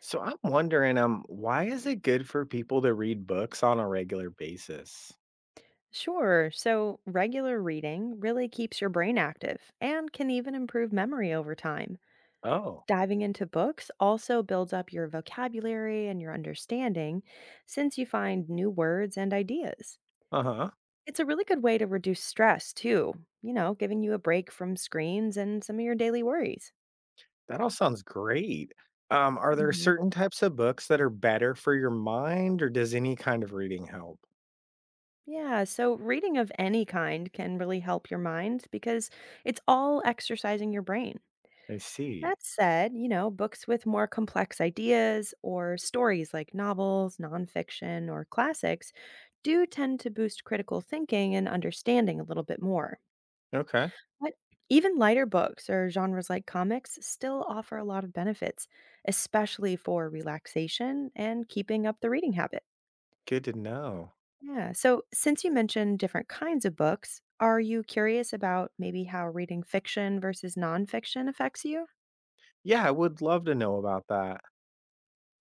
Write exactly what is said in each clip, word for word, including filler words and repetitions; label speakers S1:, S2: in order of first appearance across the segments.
S1: So I'm wondering, um, why is it good for people to read books on a regular basis?
S2: Sure. So, regular reading really keeps your brain active and can even improve memory over time.
S1: Oh,
S2: Diving into books also builds up your vocabulary and your understanding since you find new words and ideas.
S1: uh-huh.
S2: It's a really good way to reduce stress, too, you know, giving you a break from screens and some of your daily worries.
S1: That all sounds great. Um, are there
S2: hmm
S1: certain types of books that are better for your mind, or does any kind of reading help?
S2: Yeah, so reading of any kind can really help your mind because it's all exercising your brain.
S1: I see.
S2: That said, you know, books with more complex ideas or stories like novels, nonfiction, or classics do tend to boost critical thinking and understanding a little bit more.
S1: Okay.
S2: But even lighter books or genres like comics still offer a lot of benefits, especially for relaxation and keeping up the reading habit.
S1: Good to know.
S2: Yeah. So, since you mentioned different kinds of books, are you curious about maybe how reading fiction versus nonfiction affects you?
S1: Yeah, I would love to know about that.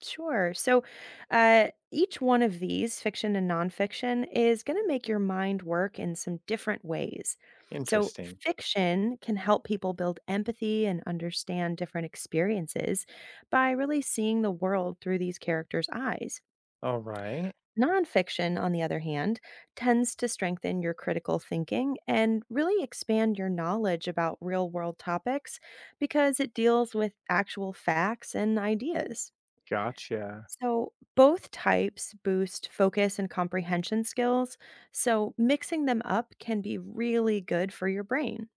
S2: Sure. So uh, each one of these, fiction and nonfiction, is going to make your mind work in some different ways. So,
S1: Interesting.
S2: fiction can help people build empathy and understand different experiences by really seeing the world through these characters' eyes.
S1: All right.
S2: Nonfiction, on the other hand, tends to strengthen your critical thinking and really expand your knowledge about real world topics because it deals with actual facts and ideas.
S1: Gotcha.
S2: So, both types boost focus and comprehension skills, so mixing them up can be really good for your brain.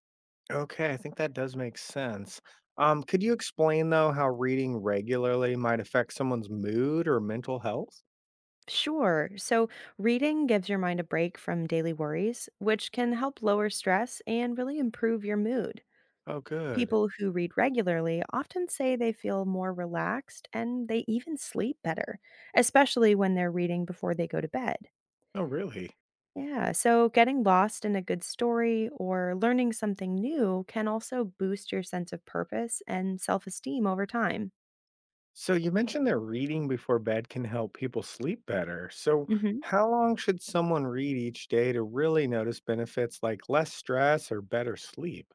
S1: Okay, I think that does make sense. Um, could you explain though how reading regularly might affect someone's mood or mental health?
S2: Sure. So, reading gives your mind a break from daily worries, which can help lower stress and really improve your mood.
S1: Oh, good.
S2: People who read regularly often say they feel more relaxed and they even sleep better, especially when they're reading before they go to bed.
S1: Oh, really?
S2: Yeah, so getting lost in a good story or learning something new can also boost your sense of purpose and self esteem over time.
S1: So you mentioned that reading before bed can help people sleep better. So
S2: hmm
S1: how long should someone read each day to really notice benefits like less stress or better sleep?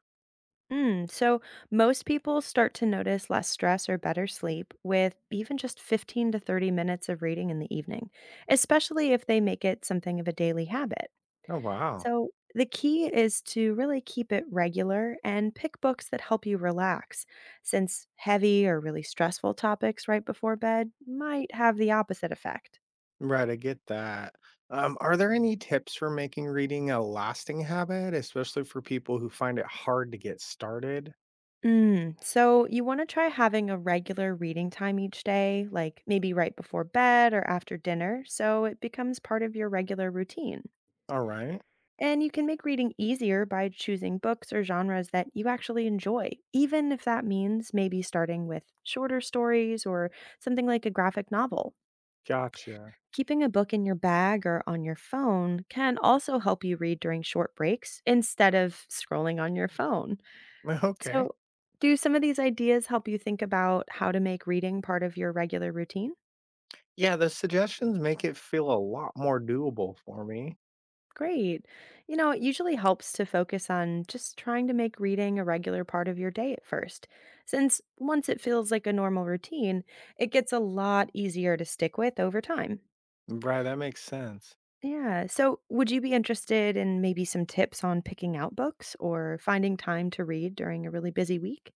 S2: Mm, so, most people start to notice less stress or better sleep with even just fifteen to thirty minutes of reading in the evening, especially if they make it something of a daily habit.
S1: Oh, wow.
S2: So, the key is to really keep it regular and pick books that help you relax, since heavy or really stressful topics right before bed might have the opposite effect.
S1: Right, I get that. Um, are there any tips for making reading a lasting habit, especially for people who find it hard to get started?
S2: Mm, so, you want to try having a regular reading time each day, like maybe right before bed or after dinner, so it becomes part of your regular routine.
S1: All right.
S2: And you can make reading easier by choosing books or genres that you actually enjoy, even if that means maybe starting with shorter stories or something like a graphic novel.
S1: Gotcha.
S2: Keeping a book in your bag or on your phone can also help you read during short breaks instead of scrolling on your phone.
S1: Okay.
S2: So, do some of these ideas help you think about how to make reading part of your regular routine?
S1: Yeah, the suggestions make it feel a lot more doable for me.
S2: Great. You know, it usually helps to focus on just trying to make reading a regular part of your day at first, since once it feels like a normal routine, it gets a lot easier to stick with over time.
S1: Right, that makes sense.
S2: Yeah. So, would you be interested in maybe some tips on picking out books or finding time to read during a really busy week?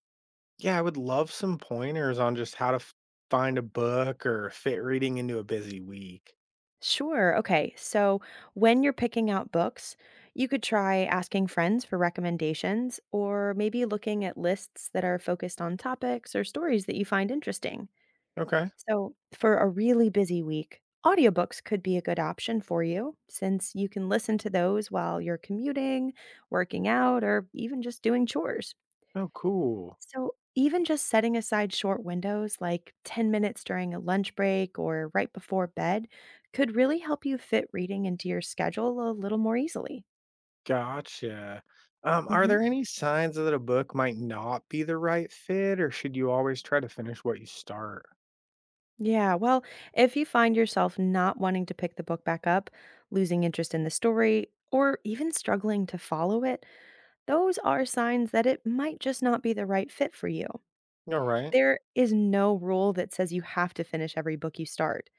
S1: Yeah, I would love some pointers on just how to f- find a book or fit reading into a busy week.
S2: Sure. Okay. So when you're picking out books, you could try asking friends for recommendations or maybe looking at lists that are focused on topics or stories that you find interesting.
S1: Okay.
S2: So for a really busy week, audiobooks could be a good option for you since you can listen to those while you're commuting, working out, or even just doing chores.
S1: Oh, cool.
S2: So, even just setting aside short windows like ten minutes during a lunch break or right before bed could really help you fit reading into your schedule a little more easily.
S1: Gotcha. Um, are
S2: hmm
S1: there any signs that a book might not be the right fit, or should you always try to finish what you start?
S2: Yeah, well, if you find yourself not wanting to pick the book back up, losing interest in the story, or even struggling to follow it, those are signs that it might just not be the right fit for you.
S1: All right.
S2: There is no rule that says you have to finish every book you start.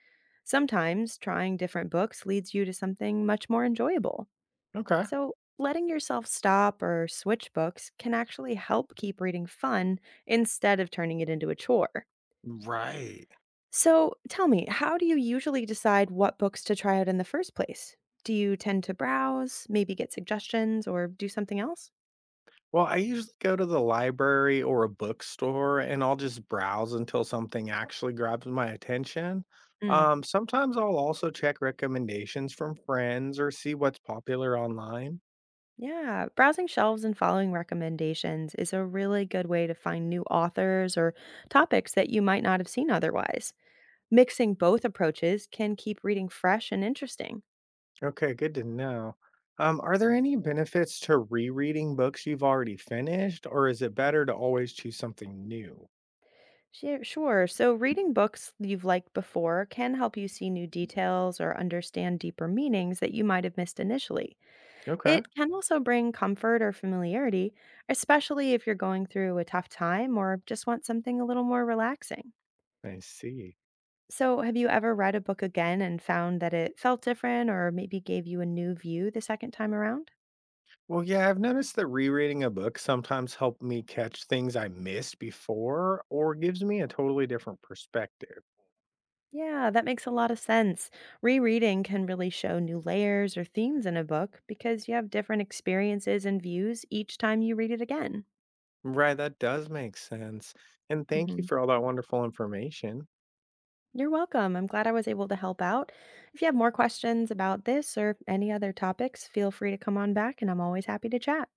S2: Sometimes trying different books leads you to something much more enjoyable.
S1: Okay.
S2: So, letting yourself stop or switch books can actually help keep reading fun instead of turning it into a chore.
S1: Right.
S2: So, tell me, how do you usually decide what books to try out in the first place? Do you tend to browse, maybe get suggestions, or do something else?
S1: Well, I usually go to the library or a bookstore and I'll just browse until something actually grabs my attention.
S2: Mm,
S1: Um, sometimes I'll also check recommendations from friends or see what's popular online.
S2: yeah, browsing shelves and following recommendations is a really good way to find new authors or topics that you might not have seen otherwise. Mixing both approaches can keep reading fresh and interesting.
S1: Okay, good to know. Um, are there any benefits to rereading books you've already finished, or is it better to always choose something new?
S2: Sure, sure. So, reading books you've liked before can help you see new details or understand deeper meanings that you might have missed initially.
S1: Okay,
S2: It can also bring comfort or familiarity, especially if you're going through a tough time or just want something a little more relaxing.
S1: I see.
S2: So, have you ever read a book again and found that it felt different or maybe gave you a new view the second time around?
S1: Well, yeah, I've noticed that rereading a book sometimes help me catch things I missed before or gives me a totally different perspective.
S2: Yeah, that makes a lot of sense. Rereading can really show new layers or themes in a book because you have different experiences and views each time you read it again.
S1: Right, that does make sense. And thank you
S2: hmm
S1: for all that wonderful information.
S2: You're welcome. I'm glad I was able to help out. If you have more questions about this or any other topics, feel free to come on back and I'm always happy to chat.